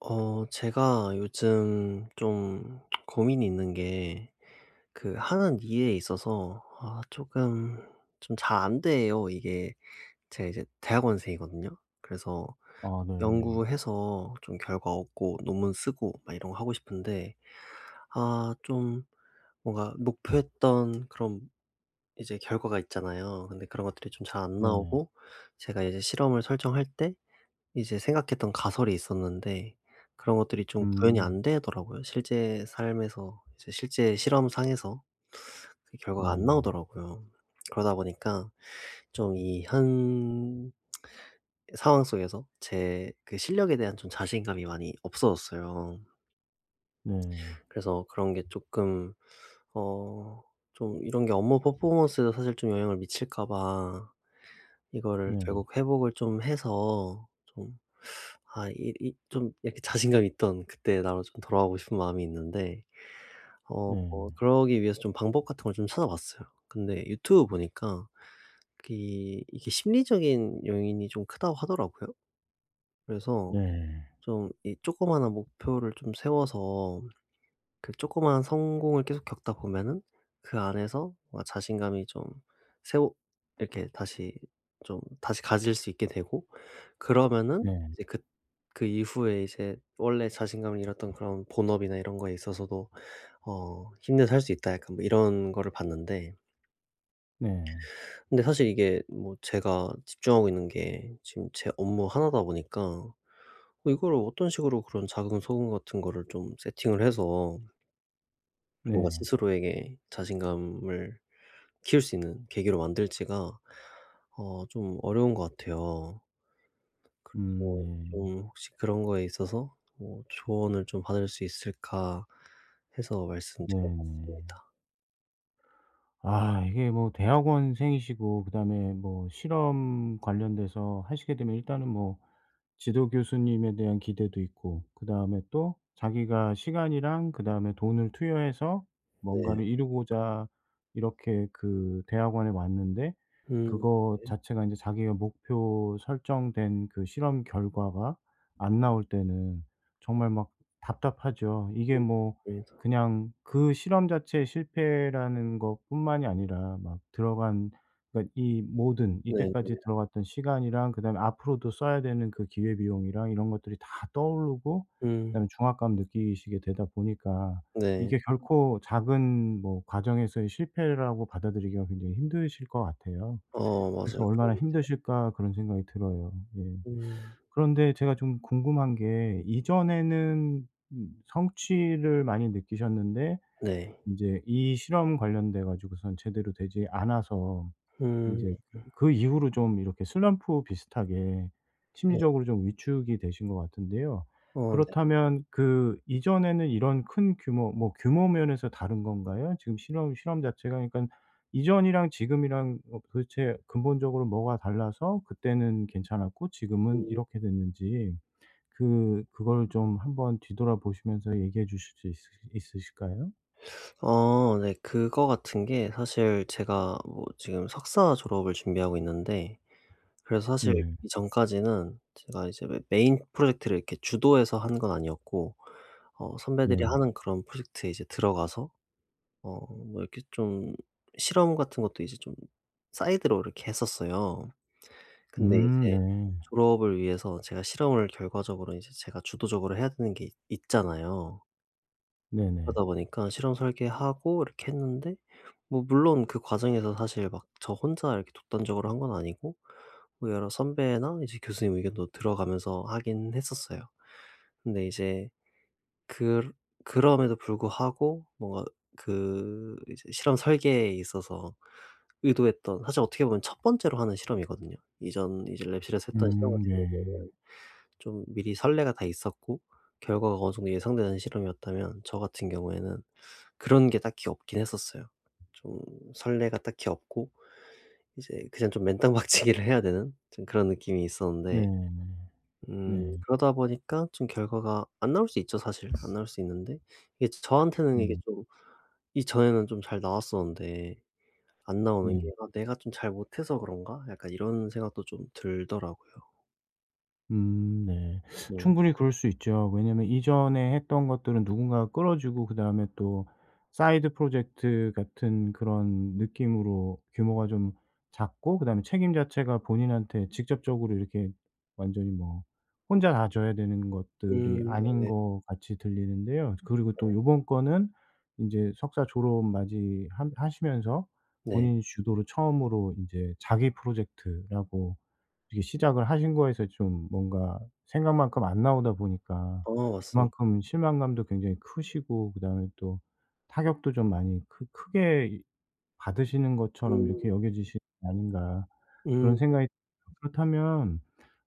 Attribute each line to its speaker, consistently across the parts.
Speaker 1: 제가 요즘 좀 고민이 있는 게 그 하는 일에 있어서 아금좀 잘 안 돼요. 이게 제가 이제 대학원생이거든요. 그래서
Speaker 2: 아 네.
Speaker 1: 연구해서 좀 결과 얻고 논문 쓰고 막 이런 거 하고 싶은데 좀 뭔가 목표했던 그런 이제 결과가 있잖아요. 근데 그런 것들이 좀 잘 안
Speaker 2: 네네.
Speaker 1: 나오고, 제가 이제 실험을 설정할 때 이제 생각했던 가설이 있었는데 그런 것들이 좀 구현이
Speaker 2: 음.
Speaker 1: 안 되더라고요. 실제 삶에서, 이제 실제 실험상에서 그 결과가 안
Speaker 2: 네네.
Speaker 1: 나오더라고요. 그러다 보니까 좀 이 현 상황 속에서 제 그 실력에 대한 좀 자신감이 많이 없어졌어요.
Speaker 2: 네.
Speaker 1: 그래서 그런 게 조금, 어 좀 이런 게 업무 퍼포먼스에도 사실 좀 영향을 미칠까 봐, 이거를
Speaker 2: 네.
Speaker 1: 결국 회복을 좀 해서, 좀 아 이 이 좀 이렇게 자신감 있던 그때 나로 좀 돌아가고 싶은 마음이 있는데,
Speaker 2: 네.
Speaker 1: 그러기 위해서 좀 방법 같은 걸 좀 찾아봤어요. 근데 유튜브 보니까 이 이게 심리적인 요인이 좀 크다고 하더라고요. 그래서
Speaker 2: 네.
Speaker 1: 좀 이 조그마한 목표를 좀 세워서 그 조그마한 성공을 계속 겪다 보면은 그 안에서 뭔가 자신감이 좀 세워 이렇게 다시, 좀 다시 가질 수 있게 되고, 그러면은
Speaker 2: 네.
Speaker 1: 이제 그 이후에 이제 원래 자신감을 잃었던 그런 본업이나 이런 거에 있어서도 '힘내서 할 수 있다.' 약간 뭐 이런 거를 봤는데,
Speaker 2: 네.
Speaker 1: 근데 사실 이게 뭐 제가 집중하고 있는 게 지금 제 업무 하나다 보니까 이거를 어떤 식으로 그런 작은 소금 같은 거를 좀 세팅을 해서 뭔가
Speaker 2: 네.
Speaker 1: 스스로에게 자신감을 키울 수 있는 계기로 만들지가 좀 어려운 것 같아요. 그래서
Speaker 2: 네.
Speaker 1: 좀 혹시 그런 거에 있어서 뭐 조언을 좀 받을 수 있을까 해서 말씀드려
Speaker 2: 네네.
Speaker 1: 봤습니다.
Speaker 2: 아 이게 뭐 대학원생이시고 그다음에 뭐 실험 관련돼서 하시게 되면 일단은 뭐 지도 교수님에 대한 기대도 있고 그다음에 또 자기가 시간이랑 그다음에 돈을 투여해서
Speaker 1: 네.
Speaker 2: 뭔가를 이루고자 이렇게 그 대학원에 왔는데,
Speaker 1: 음.
Speaker 2: 그거 자체가 이제 자기가 목표 설정된 그 실험 결과가 안 나올 때는 정말 막 답답하죠. 이게
Speaker 1: 음.
Speaker 2: 뭐
Speaker 1: 맞습니다.
Speaker 2: 그냥 그 실험 자체의 실패라는 것뿐만이 아니라 막 들어간, 그러니까 이 모든 이때까지
Speaker 1: 네네.
Speaker 2: 들어갔던 시간이랑 그다음에 앞으로도 써야 되는 그 기회 비용이랑 이런 것들이 다 떠오르고
Speaker 1: 음.
Speaker 2: 그다음에 중압감 느끼시게 되다 보니까
Speaker 1: 네.
Speaker 2: 이게 결코 작은 뭐 과정에서의 실패라고 받아들이기가 굉장히 힘드실 것 같아요.
Speaker 1: 어
Speaker 2: 그래서
Speaker 1: 맞아요. 그런
Speaker 2: '얼마나
Speaker 1: 것 같아요.
Speaker 2: 힘드실까.' 그런 생각이 들어요. 예.
Speaker 1: 음.
Speaker 2: 그런데 제가 좀 궁금한 게 이전에는 성취를 많이 느끼셨는데
Speaker 1: 네.
Speaker 2: 인제 이 실험 관련돼 가지고선 제대로 되지 않아서 이
Speaker 1: 음
Speaker 2: 제 그 이후로 좀 이렇게 슬럼프 비슷하게
Speaker 1: 네.
Speaker 2: 심리적으로 좀 위축이 되신 것 같은데요.
Speaker 1: 어 네.
Speaker 2: 그렇다면 그 이전에는 이런 큰 규모, 뭐 규모 면에서 다른 건가요? 지금 실험 자체가, 그러니까 이전이랑 지금이랑 어 도대체 근본적으로 뭐가 달라서 그때는 괜찮았고 지금은 이렇게 됐는지, 그걸 좀 한번 뒤돌아보시면서 얘기해 주실 수 있으실까요?
Speaker 1: 어 네. 그거 같은 게 사실 제가 뭐 지금 석사 졸업을 준비하고 있는데, 그래서 사실
Speaker 2: 네.
Speaker 1: 이전까지는 제가 이제 메 메인 프로젝트를 이렇게 주도해서 한 건 아니었고, 선배들이
Speaker 2: 네.
Speaker 1: 하는 그런 프로젝트에 이제 들어가서 뭐 이렇게 좀 실험 같은 것도 이제 좀 사이드로 이렇게 했었어요. 근데 이제
Speaker 2: 네.
Speaker 1: 졸업을 위해서 제가 실험을 결과적으로 이제 제가 주도적으로 해야 되는 게 있 있잖아요.
Speaker 2: 네네.
Speaker 1: 그러다 보니까 실험 설계하고 이렇게 했는데, 뭐 물론 그 과정에서 사실 막 저 혼자 이렇게 독단적으로 한 건 아니고 뭐 여러 선배나 이제 교수님 의견도 들어가면서 하긴 했었어요. 근데 이제 그 그럼에도 불구하고 뭔가 그 이제 실험 설계에 있어서 의도했던, 사실 어떻게 보면 첫 번째로 하는 실험이거든요. 이전 이제 랩실에서 했던 실험 같은
Speaker 2: 네.
Speaker 1: 경우에는 좀 미리 선례가 다 있었고 결과가 어느 정도 예상되는 실험이었다면, 저 같은 경우에는 그런 게 딱히 없긴 했었어요. 좀 설레가 딱히 없고 이제 그냥 좀 맨땅박치기를 해야 되는 좀 그런 느낌이 있었는데,
Speaker 2: 네. 네.
Speaker 1: 그러다 보니까 좀 결과가 안 나올 수 있죠 사실. 안 나올 수 있는데, 이게 저한테는 이게
Speaker 2: 음.
Speaker 1: 좀, 이전에는 좀 잘 나왔었는데 안 나오는 게,
Speaker 2: 네.
Speaker 1: '아 내가 좀 잘 못해서 그런가?' 약간 이런 생각도 좀 들더라고요.
Speaker 2: 네.
Speaker 1: 네.
Speaker 2: 충분히 그럴 수 있죠. 왜냐면 이전에 했던 것들은 누군가가 끌어주고 그다음에 또 사이드 프로젝트 같은 그런 느낌으로 규모가 좀 작고 그다음에 책임 자체가 본인한테 직접적으로 이렇게 완전히 뭐 혼자 다 져야 되는 것들이
Speaker 1: 네네.
Speaker 2: 아닌
Speaker 1: 네.
Speaker 2: 것 같이 들리는데요. 그리고 또 요번 거는 이제 석사 졸업 맞이 하 하시면서
Speaker 1: 네.
Speaker 2: 본인 주도로 처음으로 이제 자기 프로젝트라고 이렇게 시작을 하신 거에서 좀 뭔가 생각만큼 안 나오다 보니까
Speaker 1: 어 맞습니다.
Speaker 2: 그만큼 실망감도 굉장히 크시고 그다음에 또 타격도 좀 많이 크 크게 이 받으시는 것처럼 이렇게
Speaker 1: 음.
Speaker 2: 여겨지시는 게 아닌가 그런
Speaker 1: 음.
Speaker 2: 생각이 그렇다면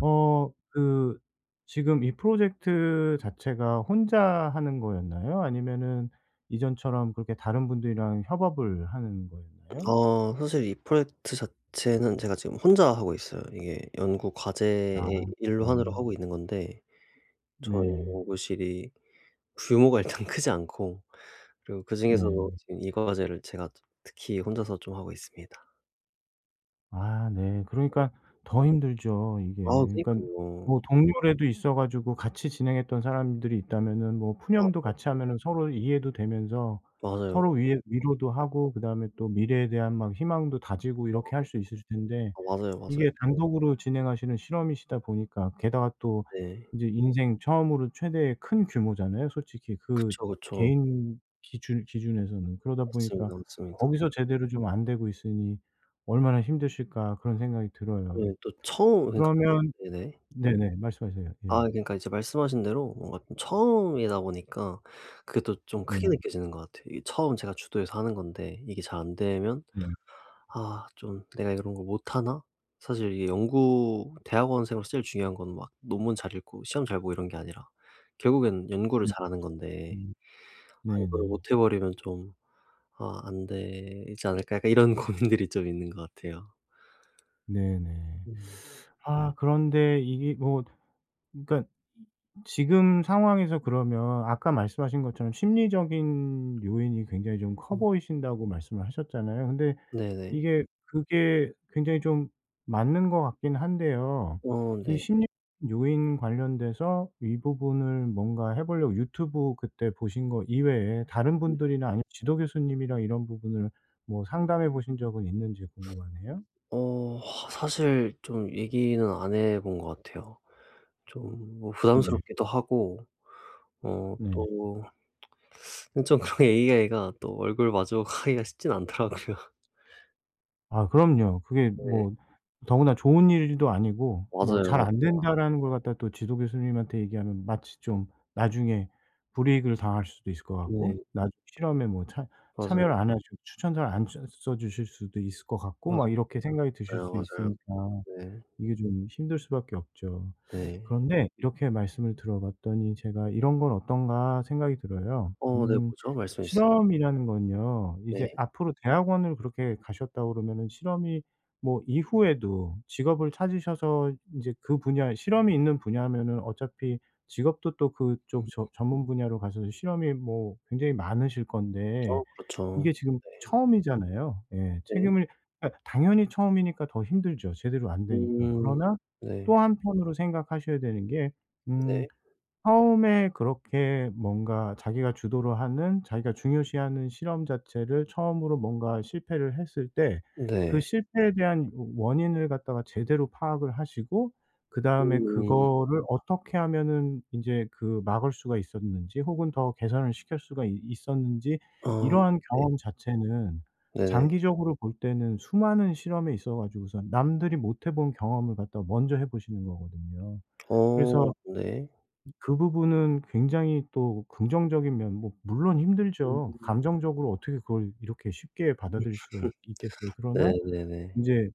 Speaker 2: 어 그 지금 이 프로젝트 자체가 혼자 하는 거였나요? 아니면은 이전처럼 그렇게 다른 분들이랑 협업을 하는 거였나요?
Speaker 1: 사실 이 프로젝트 자체는 제가 지금 혼자 하고 있어요. 이게 연구
Speaker 2: 아.
Speaker 1: 과제의 일환으로
Speaker 2: 음.
Speaker 1: 하고 있는 건데, 저희
Speaker 2: 네.
Speaker 1: 연구실이 규모가 일단 크지 않고, 그리고
Speaker 2: 네.
Speaker 1: 그중에서도 지금 이 과제를 제가 특히 혼자서 좀 하고 있습니다.
Speaker 2: 아 네. 그러니까 더 힘들죠 이게.
Speaker 1: 아
Speaker 2: 그러니까
Speaker 1: 그니깐요.
Speaker 2: 뭐 동료라도 있어 가지고 같이 진행했던 사람들이 있다면은 뭐
Speaker 1: 마
Speaker 2: 푸념도 같이 하면은 서로 이해도 되면서
Speaker 1: 맞아요.
Speaker 2: 서로 위에 위로도 하고 그다음에 또 미래에 대한 막 희망도 다지고 이렇게 할 수 있을 텐데
Speaker 1: 아 맞아요, 맞아요.
Speaker 2: 이게 단독으로 진행하시는 실험이시다 보니까, 게다가 또
Speaker 1: 네 네.
Speaker 2: 인제 인생 처음으로 최대의 큰 규모잖아요, 솔직히 그
Speaker 1: 그쵸, 그쵸.
Speaker 2: 개인 기준에서는. 그러다 보니까
Speaker 1: 맞습니다, 맞습니다.
Speaker 2: 거기서 제대로 좀 안 되고 있으니 '얼마나 힘드실까.' 그런 생각이 들어요.
Speaker 1: 네, 또 처음, 그니까.
Speaker 2: 그러면
Speaker 1: 네네.
Speaker 2: 네네. 말씀하세요. 예.
Speaker 1: 아 그러니까 이제 말씀하신 대로 뭔가 좀 처음이다 보니까 그게 또 좀
Speaker 2: 네.
Speaker 1: 크게 느껴지는 것 같아요. 이게 처음 제가 주도해서 하는 건데 이게 잘 안 되면
Speaker 2: 네.
Speaker 1: '아 좀 내가 이런 걸 못하나?' 사실 이게 연구 대학원생으로 제일 중요한 건 막 논문 잘 읽고 시험 잘 보고 이런 게 아니라 결국엔 연구를
Speaker 2: 네.
Speaker 1: 잘하는 건데,
Speaker 2: 음.
Speaker 1: '아 이거를
Speaker 2: 네네.
Speaker 1: 못해 버리면 좀, 아 안 되지 않을까?' 약간 이런 고민들이 좀 있는 것 같아요.
Speaker 2: 네네.
Speaker 1: 음.
Speaker 2: 아 그런데 이게 뭐 그러니까 지금 상황에서 그러면, 아까 말씀하신 것처럼 심리적인 요인이 굉장히 좀 커
Speaker 1: 음.
Speaker 2: 보이신다고 말씀을 하셨잖아요. 근데
Speaker 1: 네네.
Speaker 2: 이게 그게 굉장히 좀 맞는 것 같긴 한데요.
Speaker 1: 어
Speaker 2: 이
Speaker 1: 네.
Speaker 2: 심리적인 요인 관련돼서 이 부분을 뭔가 해 보려고 유튜브 그때 보신 거 이외에 다른 분들이나 아니면 지도 교수님이랑 이런 부분을 뭐 상담해 보신 적은 있는지 궁금하네요.
Speaker 1: 어 사실 좀 얘기는 안 해본 것 같아요. 좀뭐
Speaker 2: 네.
Speaker 1: 부담스럽기도 하고,
Speaker 2: 네.
Speaker 1: 또 좀 그런 AI가 또 얼굴 마주하기가 쉽진 않더라고요.
Speaker 2: 아 그럼요. 그게
Speaker 1: 네.
Speaker 2: 뭐 더구나 좋은 일도 아니고 뭐
Speaker 1: 맞아요,
Speaker 2: "잘 안
Speaker 1: 맞아요.
Speaker 2: 된다."라는 걸 갖다 또 지도 교수님한테 얘기하면 마치 좀 나중에 불이익을 당할 수도 있을 것 같고
Speaker 1: 네.
Speaker 2: 나중 실험에 뭐 참
Speaker 1: 맞아요.
Speaker 2: 참여를 안 하시고 추천서를 안 써 주실 수도 있을 것 같고
Speaker 1: 맞
Speaker 2: 막 이렇게 생각이 드실
Speaker 1: 맞아요,
Speaker 2: 수
Speaker 1: 맞아요.
Speaker 2: 있으니까.
Speaker 1: 네.
Speaker 2: 이게 좀 힘들 수밖에 없죠. 음.
Speaker 1: 네.
Speaker 2: 그런데 이렇게 말씀을 들어봤더니 제가 '이런 건 어떤가.' 생각이 들어요.
Speaker 1: 네, 뭐죠? 말씀해 주세요.
Speaker 2: 실험이라는 건요 이제
Speaker 1: 네.
Speaker 2: 앞으로 대학원을 그렇게 가셨다고 그러면은 실험이 뭐 이후에도 직업을 찾으셔서 인제 그 분야 실험이 있는 분야면은 어차피 직업도 또 그쪽
Speaker 1: 음.
Speaker 2: 저 전문 분야로 가셔서 실험이 뭐 굉장히 많으실 건데
Speaker 1: 어 그렇죠.
Speaker 2: 이게 지금 처음이잖아요. 예.
Speaker 1: 네. 네.
Speaker 2: 책임을. 예. 당연히 처음이니까 더 힘들죠 제대로 안 되니까.
Speaker 1: 음.
Speaker 2: 그러나
Speaker 1: 네.
Speaker 2: 또 한편으로 생각하셔야 되는 게음
Speaker 1: 네.
Speaker 2: 처음에 그렇게 뭔가 자기가 주도를 하는, 자기가 중요시하는 실험 자체를 처음으로 뭔가 실패를 했을 때 그
Speaker 1: 네.
Speaker 2: 실패에 대한 원인을 갖다가 제대로 파악을 하시고 그다음에
Speaker 1: 음.
Speaker 2: 그거를 어떻게 하면은 인제 그 막을 수가 있었는지 혹은 더 개선을 시킬 수가 있 있었는지,
Speaker 1: 어.
Speaker 2: 이러한
Speaker 1: 네.
Speaker 2: 경험 자체는
Speaker 1: 네네.
Speaker 2: 장기적으로 볼 때는 수많은 실험에 있어 가지고서 남들이 못해본 경험을 갖다가 먼저 해 보시는 거거든요.
Speaker 1: 어
Speaker 2: 그래서
Speaker 1: 네.
Speaker 2: 그 부분은 굉장히 또 긍정적인 면. 뭐 물론 힘들죠.
Speaker 1: 음.
Speaker 2: 감정적으로 어떻게 그걸 이렇게 쉽게 받아들일 수가 있 있겠어요. 그러나
Speaker 1: 네네네.
Speaker 2: 이제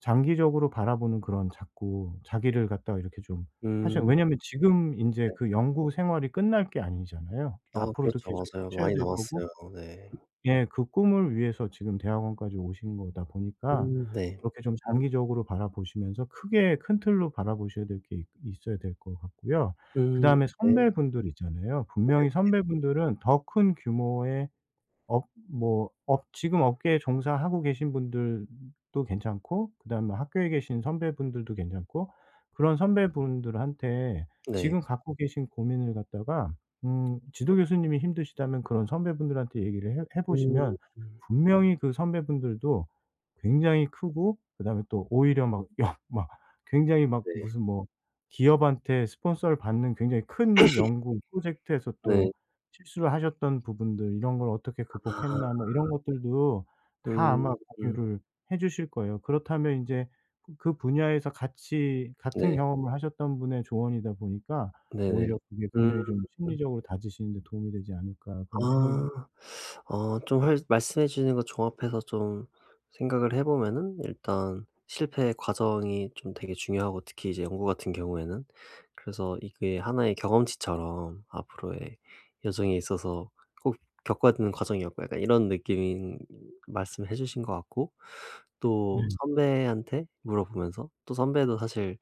Speaker 2: 장기적으로 바라보는 그런, 자꾸 자기를 갖다가 이렇게 좀 하셔.
Speaker 1: 음.
Speaker 2: 왜냐면 지금 이제 그 연구 생활이 끝날 게 아니잖아요.
Speaker 1: 아
Speaker 2: 앞으로도
Speaker 1: 그렇죠.
Speaker 2: 계속
Speaker 1: 맞아요.
Speaker 2: 하셔야
Speaker 1: 많이
Speaker 2: 될 거고.
Speaker 1: 남았어요. 네.
Speaker 2: 예. 그 꿈을 위해서 지금 대학원까지 오신 거다 보니까
Speaker 1: 네.
Speaker 2: 그렇게 좀 장기적으로 바라보시면서 크게 큰 틀로 바라보셔야 될 게 있 있어야 될 것 같고요. 그다음에
Speaker 1: 네.
Speaker 2: 선배분들 있잖아요. 분명히 선배분들은 더 큰 규모의 업, 뭐 업 지금 업계에 종사하고 계신 분들도 괜찮고 그다음에 뭐 학교에 계신 선배분들도 괜찮고. 그런 선배분들한테
Speaker 1: 네.
Speaker 2: 지금 갖고 계신 고민을 갖다가 지도 교수님이 힘드시다면 그런 선배분들한테 얘기를 해 보시면
Speaker 1: 음. 음.
Speaker 2: 분명히 그 선배분들도 굉장히 크고 그다음에 또 오히려 막 영 막 굉장히 막
Speaker 1: 네.
Speaker 2: 무슨 뭐 기업한테 스폰서를 받는 굉장히 큰 연구 프로젝트에서 또
Speaker 1: 네.
Speaker 2: 실수를 하셨던 부분들, 이런 걸 어떻게
Speaker 1: 아.
Speaker 2: 극복했나 뭐 이런 것들도 다
Speaker 1: 음.
Speaker 2: 아마
Speaker 1: 음.
Speaker 2: 공유를 해 주실 거예요. 그렇다면 인제 그 그 분야에서 같이 같은
Speaker 1: 네.
Speaker 2: 경험을 하셨던 분의 조언이다 보니까
Speaker 1: 네네.
Speaker 2: 오히려 그게
Speaker 1: 음.
Speaker 2: 굉장히 좀 심리적으로 다지시는 데 도움이 되지 않을까 그런 생각이.
Speaker 1: 아. 좀 할 말씀해 주시는 거 종합해서 좀 생각을 해 보면은, 일단 실패의 과정이 좀 되게 중요하고 특히 이제 연구 같은 경우에는 그래서 이게 하나의 경험치처럼 앞으로의 여정에 있어서 꼭 겪어야 되는 과정이었고, 약간 이런 느낌인 말씀해 주신 것 같고, 또
Speaker 2: 네.
Speaker 1: 선배한테 물어보면서, 또 선배도 사실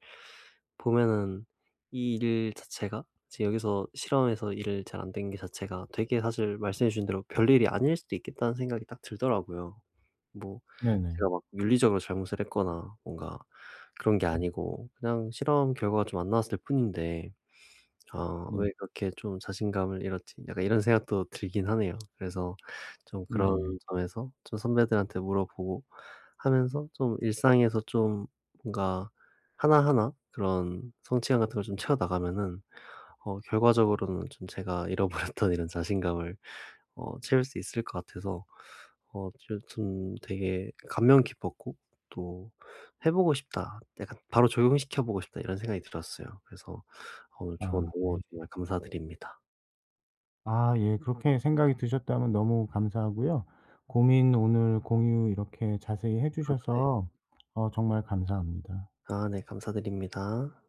Speaker 1: 보면은 이 일 자체가 이제 여기서 실험에서 일을 잘 안 된 게 자체가 되게, 사실 말씀해 주신 대로 '별일이 아닐 수도 있겠다.'는 생각이 딱 들더라고요. 뭐
Speaker 2: 네네.
Speaker 1: 제가 막 윤리적으로 잘못을 했거나 뭔가 그런 게 아니고 그냥 실험 결과가 좀 안 나왔을 뿐인데,
Speaker 2: 네.
Speaker 1: '왜 그렇게 좀 자신감을 잃었지?' 약간 이런 생각도 들긴 하네요. 그래서 좀 그런
Speaker 2: 네.
Speaker 1: 점에서 좀 선배들한테 물어보고 하면서 좀 일상에서 좀 뭔가 하나하나 그런 성취감 같은 걸 좀 채워나가면은 결과적으로는 좀 제가 잃어버렸던 이런 자신감을 채울 수 있을 것 같아서, 여튼 되게 감명 깊었고, 또 '해 보고 싶다. 약간 바로 적용시켜 보고 싶다.' 이런 생각이 들었어요. 그래서 오늘 조언
Speaker 2: 아 네.
Speaker 1: 너무 정말 감사드립니다.
Speaker 2: 아 예. 그렇게 생각이 드셨다면 너무 감사하고요. 고민 오늘 공유 이렇게 자세히 해
Speaker 1: 네.
Speaker 2: 주셔서 어 정말 감사합니다.
Speaker 1: 아 네 감사드립니다.